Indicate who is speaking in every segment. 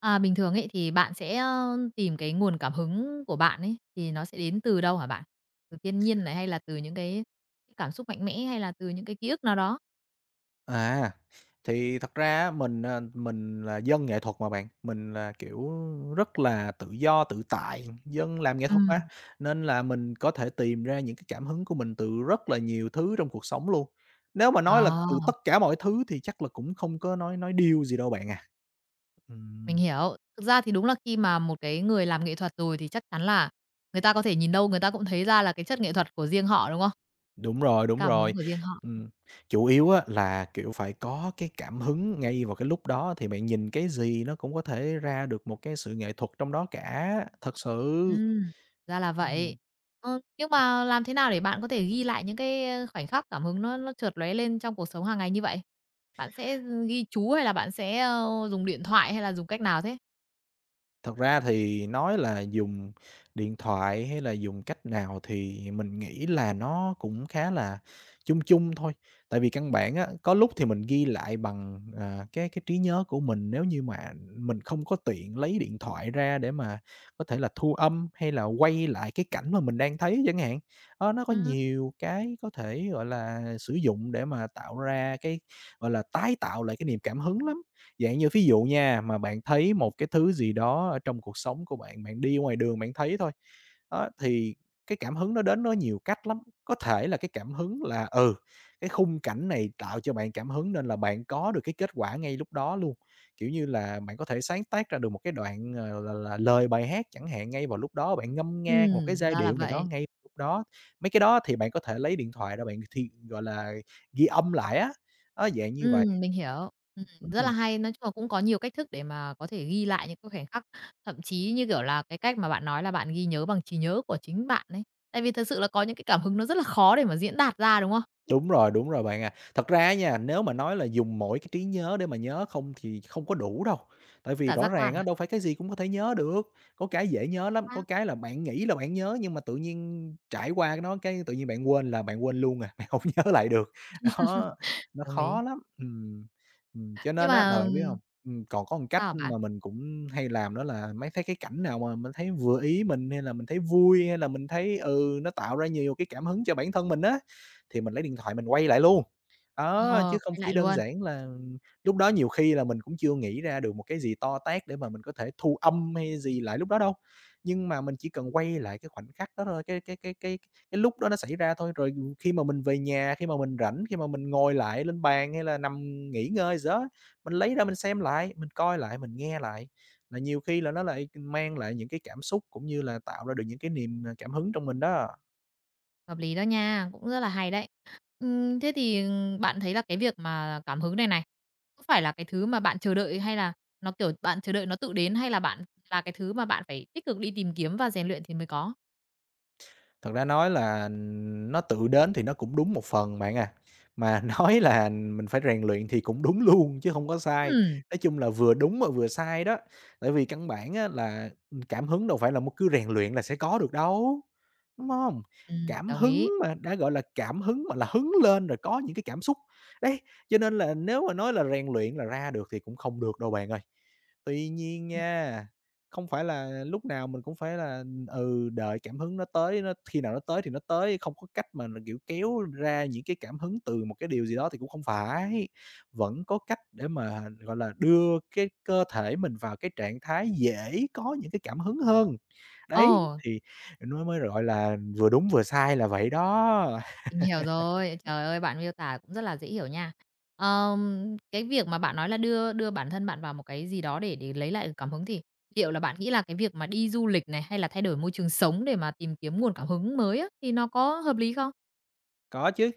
Speaker 1: À, bình thường ấy thì bạn sẽ, tìm cái nguồn cảm hứng của bạn ấy, thì nó sẽ đến từ đâu hả bạn? Từ thiên nhiên này, hay là từ những cái cảm xúc mạnh mẽ, hay là từ những cái ký ức nào đó?
Speaker 2: À, thì thật ra á mình là dân nghệ thuật mà bạn, mình là, kiểu, rất là tự do tự tại, dân làm nghệ thuật á
Speaker 1: Ừm.
Speaker 2: nên là mình có thể tìm ra những cái cảm hứng của mình từ rất là nhiều thứ trong cuộc sống luôn. Nếu mà
Speaker 1: Ờ,
Speaker 2: nói là từ tất cả mọi thứ thì chắc là cũng không có nói điêu gì đâu bạn à.
Speaker 1: mình
Speaker 2: Ừm.
Speaker 1: hiểu. Thực ra thì đúng là khi mà một cái người làm nghệ thuật rồi thì chắc chắn là người ta có thể nhìn đâu người ta cũng thấy ra là cái chất nghệ thuật của riêng họ, đúng không?
Speaker 2: Đúng rồi, đúng
Speaker 1: Cảm hứng
Speaker 2: rồi.
Speaker 1: của riêng họ.
Speaker 2: Ừm, chủ yếu á là, kiểu, phải có cái cảm hứng ngay vào cái lúc đó thì bạn nhìn cái gì nó cũng có thể ra được một cái sự nghệ thuật trong đó cả, thật sự.
Speaker 1: Ừm, ra là vậy.
Speaker 2: Ừm.
Speaker 1: Ờ, nhưng mà làm thế nào để bạn có thể ghi lại những cái, khoảnh khắc cảm hứng nó chợt lóe lên trong cuộc sống hàng ngày như vậy? Bạn sẽ ghi chú hay là bạn sẽ, dùng điện thoại hay là dùng cách nào thế?
Speaker 2: Thật ra thì nói là dùng điện thoại hay là dùng cách nào thì mình nghĩ là nó cũng khá là chung chung thôi. Tại vì căn bản á, có lúc thì mình ghi lại bằng, cái trí nhớ của mình nếu như mà mình không có tiện lấy điện thoại ra để mà có thể là thu âm hay là quay lại cái cảnh mà mình đang thấy chẳng hạn. Ơ, nó có
Speaker 1: Ừm.
Speaker 2: nhiều cái có thể, gọi là, sử dụng để mà tạo ra cái, gọi là, tái tạo lại cái niềm cảm hứng lắm. Dạng như ví dụ nha, mà bạn thấy một cái thứ gì đó ở trong cuộc sống của bạn, bạn đi ngoài đường bạn thấy thôi, đó, thì cái cảm hứng nó đến nó nhiều cách lắm. Có thể là cái cảm hứng là, cái khung cảnh này tạo cho bạn cảm hứng nên là bạn có được cái kết quả ngay lúc đó luôn. Kiểu như là, bạn có thể sáng tác ra được một cái đoạn, là lời bài hát chẳng hạn, ngay vào lúc đó bạn ngâm nga một cái giai
Speaker 1: Ra là
Speaker 2: điệu nào đó
Speaker 1: vậy.
Speaker 2: ngay lúc đó. Mấy cái đó thì bạn có thể lấy điện thoại ra bạn thi gọi là, ghi âm lại á, đó, dạng như vậy.
Speaker 1: Mình hiểu. Rất là
Speaker 2: Ừm.
Speaker 1: hay. Nói chung là cũng có nhiều cách thức để mà có thể ghi lại những cái khoảnh khắc, thậm chí, như kiểu là, cái cách mà bạn nói là bạn ghi nhớ bằng trí nhớ của chính bạn ấy. Tại vì thật sự là có những cái cảm hứng nó rất là khó để mà diễn đạt ra, đúng không?
Speaker 2: Đúng rồi bạn à. Thật ra á nha, nếu mà nói là dùng mỗi cái trí nhớ để mà nhớ không thì không có đủ đâu. Tại vì
Speaker 1: Cả
Speaker 2: rõ
Speaker 1: giác quan
Speaker 2: ràng á,
Speaker 1: à?
Speaker 2: đâu phải cái gì cũng có thể nhớ được, có cái dễ nhớ lắm,
Speaker 1: À.
Speaker 2: có cái là bạn nghĩ là bạn nhớ nhưng mà tự nhiên trải qua nó cái tự nhiên bạn quên là bạn quên luôn à, bạn không nhớ lại được. Đó, nó
Speaker 1: Đồng ý.
Speaker 2: khó lắm. Cho
Speaker 1: Nhưng
Speaker 2: nên á là
Speaker 1: mà
Speaker 2: bạn biết không? Còn có một cách
Speaker 1: sao hả bạn?
Speaker 2: mà mình cũng hay làm đó là mấy thấy cái cảnh nào mà mình thấy vừa ý mình hay là mình thấy vui hay là mình thấy, nó tạo ra nhiều cái cảm hứng cho bản thân mình á thì mình lấy điện thoại mình quay lại luôn.
Speaker 1: Ờ,
Speaker 2: Đó, chứ không
Speaker 1: quay
Speaker 2: chỉ
Speaker 1: lại
Speaker 2: đơn
Speaker 1: luôn,
Speaker 2: giản là lúc đó nhiều khi là mình cũng chưa nghĩ ra được một cái gì to tát để mà mình có thể thu âm hay gì lại lúc đó đâu. Nhưng mà mình chỉ cần quay lại cái khoảnh khắc đó thôi, cái lúc đó nó xảy ra thôi, rồi khi mà mình về nhà, khi mà mình rảnh, khi mà mình ngồi lại lên bàn hay là nằm nghỉ ngơi gì đó, mình lấy ra mình xem lại, mình coi lại, mình nghe lại, là nhiều khi là nó lại mang lại những cái cảm xúc cũng như là tạo ra được những cái niềm, cảm hứng trong mình đó.
Speaker 1: hợp lý đó nha, cũng rất là hay đấy. Thế thì bạn thấy là cái việc mà cảm hứng này này, có phải là cái thứ mà bạn chờ đợi hay là nó, kiểu, bạn chờ đợi nó tự đến hay là bạn là cái thứ mà bạn phải tích cực đi tìm kiếm và rèn luyện thì mới có?
Speaker 2: Thật ra nói là nó tự đến thì nó cũng đúng một phần bạn à, mà nói là mình phải rèn luyện thì cũng đúng luôn chứ không có sai.
Speaker 1: Ừm,
Speaker 2: Nói chung là vừa đúng mà vừa sai đó, tại vì căn bản á là, cảm hứng đâu phải là một cứ rèn luyện là sẽ có được đâu, đúng không? Cảm
Speaker 1: đồng
Speaker 2: hứng
Speaker 1: ý.
Speaker 2: mà, đã gọi là cảm hứng mà là hứng lên rồi có những cái cảm xúc. Đấy, cho nên là nếu mà nói là rèn luyện là ra được thì cũng không được đâu bạn ơi. Tuy nhiên
Speaker 1: Ừm.
Speaker 2: nha, không phải là lúc nào mình cũng phải là đợi cảm hứng nó tới, nó khi nào nó tới thì nó tới, không có cách mà, là kiểu, kéo ra những cái cảm hứng từ một cái điều gì đó thì cũng không phải. Vẫn có cách để mà, gọi là, đưa cái cơ thể mình vào cái trạng thái dễ có những cái cảm hứng hơn. Đấy,
Speaker 1: Ờ.
Speaker 2: thì nó mới, gọi là, vừa đúng vừa sai là vậy đó.
Speaker 1: Mình hiểu rồi. Trời ơi, bạn miêu tả cũng rất là dễ hiểu nha. Cái việc mà bạn nói là đưa đưa bản thân bạn vào một cái gì đó để lấy lại cảm hứng thì liệu là bạn nghĩ là cái việc mà đi du lịch này, hay là thay đổi môi trường sống để mà tìm kiếm nguồn cảm hứng mới á, thì nó có hợp lý không?
Speaker 2: Có chứ,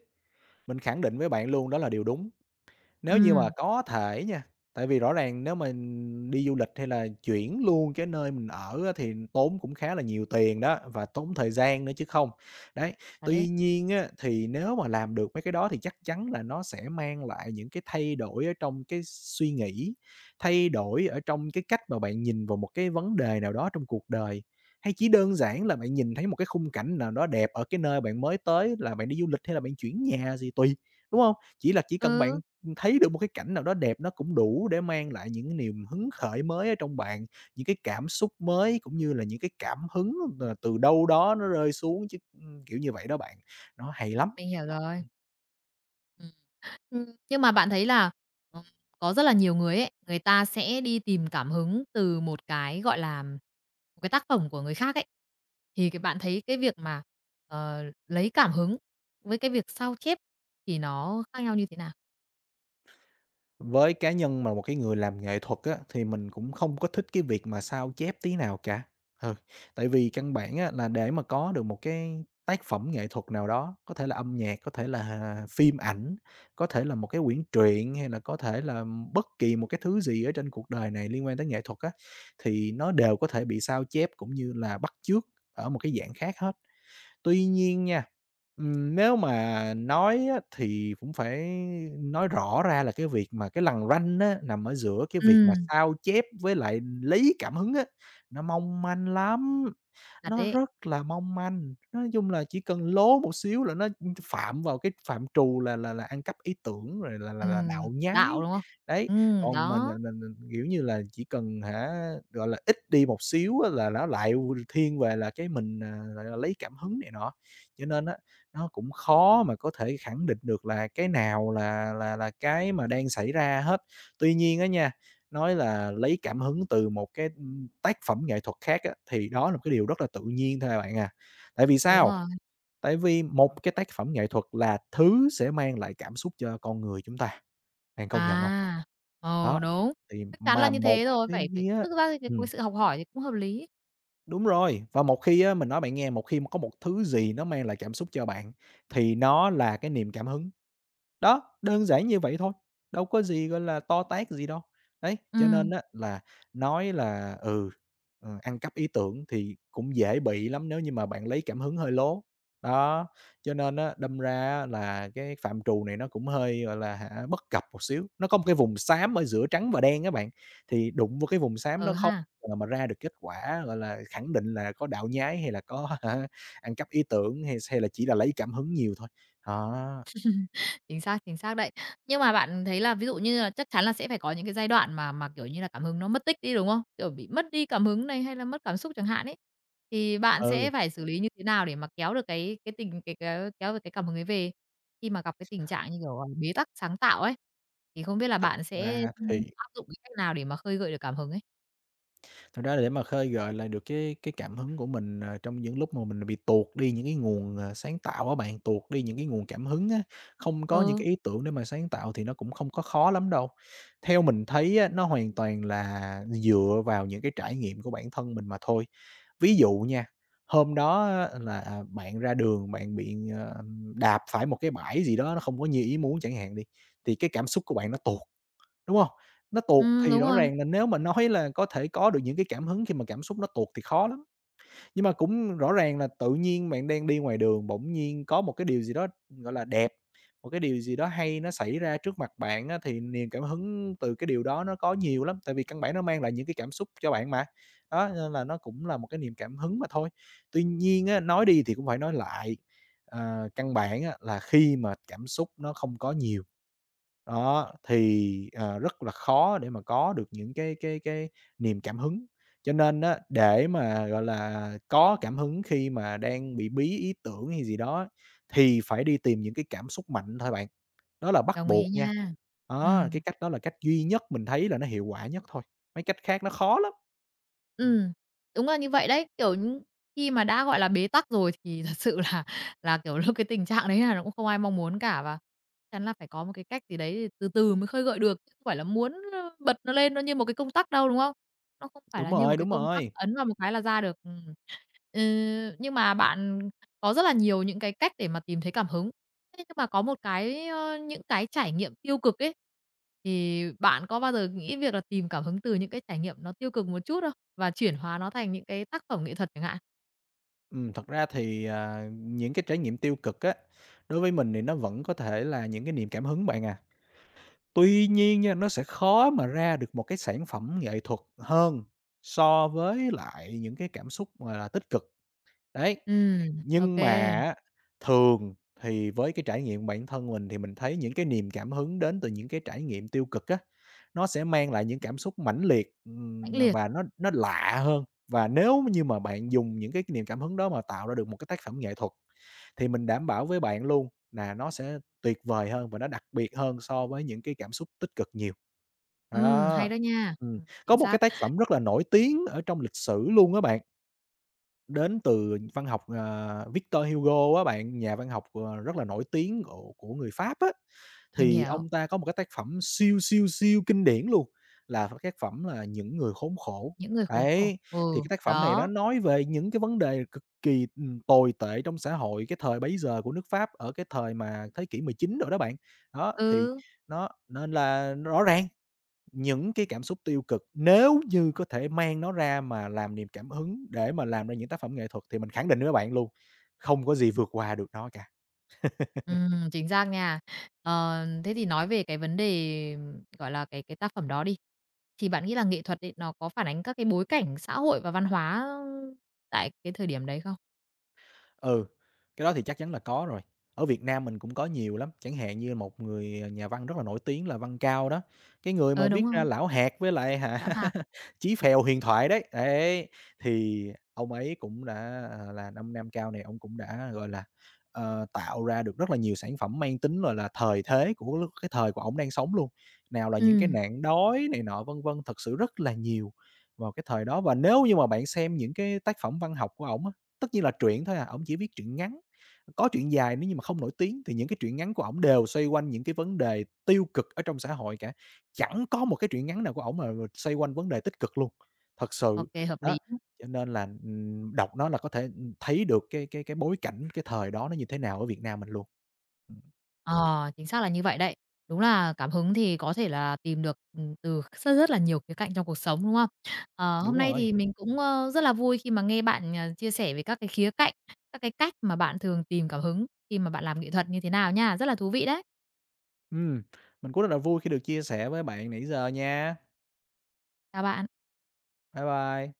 Speaker 2: mình khẳng định với bạn luôn đó là điều đúng.
Speaker 1: Ừ,
Speaker 2: Nếu như mà có thể nha, tại vì rõ ràng nếu mình đi du lịch hay là chuyển luôn cái nơi mình ở á thì tốn cũng khá là nhiều tiền đó, và tốn thời gian nữa chứ không. Đấy,
Speaker 1: thật đấy.
Speaker 2: tuy nhiên á, thì nếu mà làm được mấy cái đó thì chắc chắn là nó sẽ mang lại những cái thay đổi ở trong cái suy nghĩ, thay đổi ở trong cái cách mà bạn nhìn vào một cái vấn đề nào đó trong cuộc đời. Hay chỉ đơn giản là bạn nhìn thấy một cái khung cảnh nào đó đẹp ở cái nơi bạn mới tới là bạn đi du lịch hay là bạn chuyển nhà gì tùy, đúng không? Chỉ là chỉ cần
Speaker 1: Ừ,
Speaker 2: bạn thấy được một cái cảnh nào đó đẹp nó cũng đủ để mang lại những cái niềm hứng khởi mới ở trong bạn, những cái cảm xúc mới cũng như là những cái cảm hứng, từ đâu đó nó rơi xuống chứ, kiểu như vậy đó bạn, nó hay lắm.
Speaker 1: mình hiểu rồi. Nhưng mà bạn thấy là, ờ, có rất là nhiều người ấy, người ta sẽ đi tìm cảm hứng từ một cái, gọi là, một cái tác phẩm của người khác ấy. Thì cái bạn thấy cái việc mà, lấy cảm hứng với cái việc sao chép thì nó khác nhau như thế nào?
Speaker 2: Với cá nhân mà một cái người làm nghệ thuật á, thì mình cũng không có thích cái việc mà sao chép tí nào cả. Ừ, tại vì căn bản á, là để mà có được một cái tác phẩm nghệ thuật nào đó, có thể là âm nhạc, có thể là phim ảnh, có thể là một cái quyển truyện hay là có thể là bất kỳ một cái thứ gì ở trên cuộc đời này liên quan tới nghệ thuật á, thì nó đều có thể bị sao chép cũng như là bắt chước ở một cái dạng khác hết. Tuy nhiên nha, nếu mà nói á thì cũng phải nói rõ ra là cái việc mà cái lằn ranh á, nằm ở giữa cái việc mà
Speaker 1: Ừm,
Speaker 2: sao chép với lại lấy cảm hứng á, nó mong manh lắm.
Speaker 1: thật
Speaker 2: Nó
Speaker 1: đấy.
Speaker 2: rất là mong manh, nói chung là chỉ cần lố một xíu là nó phạm vào cái phạm trù là ăn cắp ý tưởng rồi là đạo nhái.
Speaker 1: Đạo, đúng không?
Speaker 2: Đấy, còn mình mình
Speaker 1: Đó,
Speaker 2: mình mình, kiểu như là, chỉ cần hả, gọi là, ít đi một xíu á là nó lại thiên về là cái mình, gọi là, lấy cảm hứng này nọ. Cho nên á, nó cũng khó mà có thể khẳng định được là cái nào là cái mà đang xảy ra hết. Tuy nhiên á nha. Nói là lấy cảm hứng từ một cái, tác phẩm nghệ thuật khác á, thì đó là một cái điều rất là tự nhiên thôi à bạn à. Tại vì
Speaker 1: đúng
Speaker 2: sao?
Speaker 1: rồi.
Speaker 2: Tại vì một cái tác phẩm nghệ thuật là thứ sẽ mang lại cảm xúc cho con người chúng ta, bạn công nhận không?
Speaker 1: À, ờ,
Speaker 2: Đó,
Speaker 1: đúng,
Speaker 2: thì
Speaker 1: chắc chắn là
Speaker 2: mà
Speaker 1: như thế
Speaker 2: một
Speaker 1: rồi, phải
Speaker 2: cái
Speaker 1: phải
Speaker 2: á
Speaker 1: thực ra thì cái
Speaker 2: ừm,
Speaker 1: sự học hỏi thì cũng hợp lý.
Speaker 2: đúng rồi, và một khi á, mình nói bạn nghe, một khi mà có một thứ gì nó mang lại cảm xúc cho bạn thì nó là cái niềm cảm hứng. Đó, đơn giản như vậy thôi, đâu có gì, gọi là, to tát gì đâu. Đấy, cho nên
Speaker 1: Ừm,
Speaker 2: á là nói là, ăn cắp ý tưởng thì cũng dễ bị lắm nếu như mà bạn lấy cảm hứng hơi lố. Đó, cho nên á, đâm ra á là cái phạm trù này nó cũng hơi, gọi là hả, bất cập một xíu. Nó có một cái vùng xám ở giữa trắng và đen á bạn, thì đụng vô cái vùng xám
Speaker 1: ừ ờ
Speaker 2: nó không
Speaker 1: ha.
Speaker 2: mà ra được kết quả, gọi là, khẳng định là có đạo nhái hay là có hả, ăn cắp ý tưởng hay hay là chỉ là lấy cảm hứng nhiều thôi. Đó,
Speaker 1: Chính xác đấy. Nhưng mà bạn thấy là ví dụ như là chắc chắn là sẽ phải có những cái giai đoạn mà, kiểu như là, cảm hứng nó mất tích đi, đúng không? Kiểu, bị mất đi cảm hứng này, hay là mất cảm xúc chẳng hạn ấy, thì bạn
Speaker 2: ừ.
Speaker 1: sẽ phải xử lý như thế nào để mà kéo được cái tình cái kéo kéo được cái cảm hứng ấy về khi mà gặp cái tình trạng như kiểu, bế tắc sáng tạo ấy? Thì không biết là
Speaker 2: Thật
Speaker 1: bạn sẽ,
Speaker 2: ra thì
Speaker 1: áp dụng cái cách nào để mà khơi gợi được cảm hứng ấy?
Speaker 2: thật ra là để mà khơi gợi lại được cái cảm hứng của mình, trong những lúc mà mình bị tuột đi những cái nguồn, sáng tạo á bạn, tuột đi những cái nguồn cảm hứng á, không có những
Speaker 1: Ừ,
Speaker 2: cái ý tưởng để mà sáng tạo thì nó cũng không có khó lắm đâu. Theo mình thấy á, nó hoàn toàn là dựa vào những cái trải nghiệm của bản thân mình mà thôi. Ví dụ nha, hôm đó á là, à, bạn ra đường bạn bị, đạp phải một cái bãi gì đó nó không có như ý muốn chẳng hạn đi, thì cái cảm xúc của bạn nó tuột. Đúng hông? Nó tuột thì
Speaker 1: đúng
Speaker 2: rõ
Speaker 1: rồi,
Speaker 2: ràng là nếu mà nói là có thể có được những cái cảm hứng khi mà cảm xúc nó tuột thì khó lắm. Nhưng mà cũng rõ ràng là tự nhiên bạn đang đi ngoài đường, bỗng nhiên có một cái điều gì đó, gọi là, đẹp, một cái điều gì đó hay nó xảy ra trước mặt bạn á, thì niềm cảm hứng từ cái điều đó nó có nhiều lắm, tại vì căn bản nó mang lại những cái cảm xúc cho bạn mà. Đó, nên là nó cũng là một cái niềm cảm hứng mà thôi. Tuy nhiên á, nói đi thì cũng phải nói lại, căn bản á là khi mà cảm xúc nó không có nhiều đó, thì, rất là khó để mà có được những cái niềm cảm hứng. Cho nên á, để mà, gọi là, có cảm hứng khi mà đang bị bí ý tưởng hay gì đó, thì phải đi tìm những cái cảm xúc mạnh thôi bạn, đó là bắt
Speaker 1: đồng ý
Speaker 2: buộc nha.
Speaker 1: nha. Ừ.
Speaker 2: Đó, cái cách đó là cách duy nhất mình thấy là nó hiệu quả nhất thôi, mấy cách khác nó khó lắm. Ừm,
Speaker 1: Ừm, đúng là như vậy đấy. Kiểu, khi mà đã, gọi là, bế tắc rồi thì thật sự là, kiểu, lúc cái tình trạng đấy là nó cũng không ai mong muốn cả và chắn là phải có một cái cách gì đấy để từ từ mới khơi gợi được, chứ không phải là muốn, bật nó lên nó như một cái công tắc đâu, đúng không? Nó không phải
Speaker 2: đúng
Speaker 1: là như một
Speaker 2: rồi,
Speaker 1: cái
Speaker 2: đúng
Speaker 1: công tắc
Speaker 2: rồi.
Speaker 1: ấn vào một cái là ra được. Ừm. Ừ, nhưng mà bạn có rất là nhiều những cái cách để mà tìm thấy cảm hứng. Thế nhưng mà có một cái, những cái trải nghiệm tiêu cực ấy, thì bạn có bao giờ nghĩ việc là tìm cảm hứng từ những cái trải nghiệm nó tiêu cực một chút không? Và chuyển hóa nó thành những cái tác phẩm nghệ thuật chẳng hạn.
Speaker 2: Thật ra thì, à, những cái trải nghiệm tiêu cực á, đối với mình thì nó vẫn có thể là những cái niềm cảm hứng bạn à. Tuy nhiên nha, nó sẽ khó mà ra được một cái sản phẩm nghệ thuật hơn so với lại những cái cảm xúc, mà là, tích cực. Đấy,
Speaker 1: Ừm, ô
Speaker 2: nhưng mà á, thường thì với cái trải nghiệm bản thân mình thì mình thấy những cái niềm cảm hứng đến từ những cái trải nghiệm tiêu cực á, nó sẽ mang lại những cảm xúc mãnh liệt,
Speaker 1: mãnh liệt.
Speaker 2: và nó lạ hơn. Và nếu như mà bạn dùng những cái niềm cảm hứng đó mà tạo ra được một cái tác phẩm nghệ thuật, thì mình đảm bảo với bạn luôn là nó sẽ tuyệt vời hơn và nó đặc biệt hơn so với những cái cảm xúc tích cực nhiều.
Speaker 1: Hay
Speaker 2: Đó.
Speaker 1: đó nha.
Speaker 2: Ừm, có
Speaker 1: Chính
Speaker 2: một
Speaker 1: xác,
Speaker 2: cái tác phẩm rất là nổi tiếng ở trong lịch sử luôn á bạn. Đến từ văn học, Victor Hugo á bạn, nhà văn học, rất là nổi tiếng của người Pháp á.
Speaker 1: mình
Speaker 2: Thì
Speaker 1: hiểu,
Speaker 2: ông ta có một cái tác phẩm siêu, siêu, siêu kinh điển luôn, là tác phẩm là "Những người khốn khổ."
Speaker 1: những người khốn khổ.
Speaker 2: Đấy, thì
Speaker 1: Ừ,
Speaker 2: cái tác phẩm này nó
Speaker 1: đó,
Speaker 2: nói về những cái vấn đề cực kỳ, tồi tệ trong xã hội cái thời bấy giờ của nước Pháp ở cái thời mà thế kỷ 19 rồi đó bạn. Đó, thì
Speaker 1: ừ,
Speaker 2: nó nên là rõ ràng những cái cảm xúc tiêu cực nếu như có thể mang nó ra mà làm niềm cảm hứng để mà làm ra những tác phẩm nghệ thuật thì mình khẳng định với các bạn luôn, không có gì vượt qua được nó cả.
Speaker 1: chính xác nha. Ờ, thế thì nói về cái vấn đề, gọi là, cái tác phẩm đó đi, thì bạn nghĩ là nghệ thuật ấy, nó có phản ánh các cái bối cảnh xã hội và văn hóa tại cái thời điểm đấy không?
Speaker 2: Ừ, cái đó thì chắc chắn là có rồi. Ở Việt Nam mình cũng có nhiều lắm, chẳng hạn như một người, nhà văn rất là nổi tiếng là Văn Cao đó, cái người mà
Speaker 1: Ừ, đúng
Speaker 2: viết ra
Speaker 1: rồi,
Speaker 2: Lão Hạt với lại hả,
Speaker 1: bão hòa.
Speaker 2: Chí Phèo huyền thoại đấy, đấy, thì ông ấy cũng đã, là ông Nam Cao này, ông cũng đã, gọi là, tạo ra được rất là nhiều sản phẩm mang tính, gọi là, thời thế của lúc cái thời của ông đang sống luôn. Nào là những cái
Speaker 1: Ừm,
Speaker 2: nạn đói này nọ, vân vân, thật sự rất là nhiều vào cái thời đó. Và nếu như mà bạn xem những cái tác phẩm văn học của ổng. Tất nhiên là truyện thôi à, ổng chỉ viết truyện ngắn, có truyện dài nếu như mà không nổi tiếng thì những cái truyện ngắn của ổng đều xoay quanh những cái vấn đề tiêu cực ở trong xã hội cả, chẳng có một cái truyện ngắn nào của ổng mà xoay quanh vấn đề tích cực luôn, thật
Speaker 1: ô
Speaker 2: sự.
Speaker 1: hợp
Speaker 2: Đó,
Speaker 1: lý.
Speaker 2: cho nên là, đọc nó là có thể, thấy được cái cái bối cảnh cái thời đó nó như thế nào ở Việt Nam mình luôn. Ừm,
Speaker 1: Ờ, chính xác là như vậy đấy. Đúng là cảm hứng thì có thể là tìm được, từ rất rất là nhiều khía cạnh trong cuộc sống, đúng không? Ờ, hôm
Speaker 2: đúng
Speaker 1: nay
Speaker 2: rồi.
Speaker 1: thì mình cũng, rất là vui khi mà nghe bạn, chia sẻ về các cái khía cạnh, các cái cách mà bạn thường tìm cảm hứng khi mà bạn làm nghệ thuật như thế nào nha. Rất là thú vị đấy.
Speaker 2: Ừm, mình cũng rất là vui khi được chia sẻ với bạn nãy giờ nha.
Speaker 1: Chào bạn.
Speaker 2: Bye bye.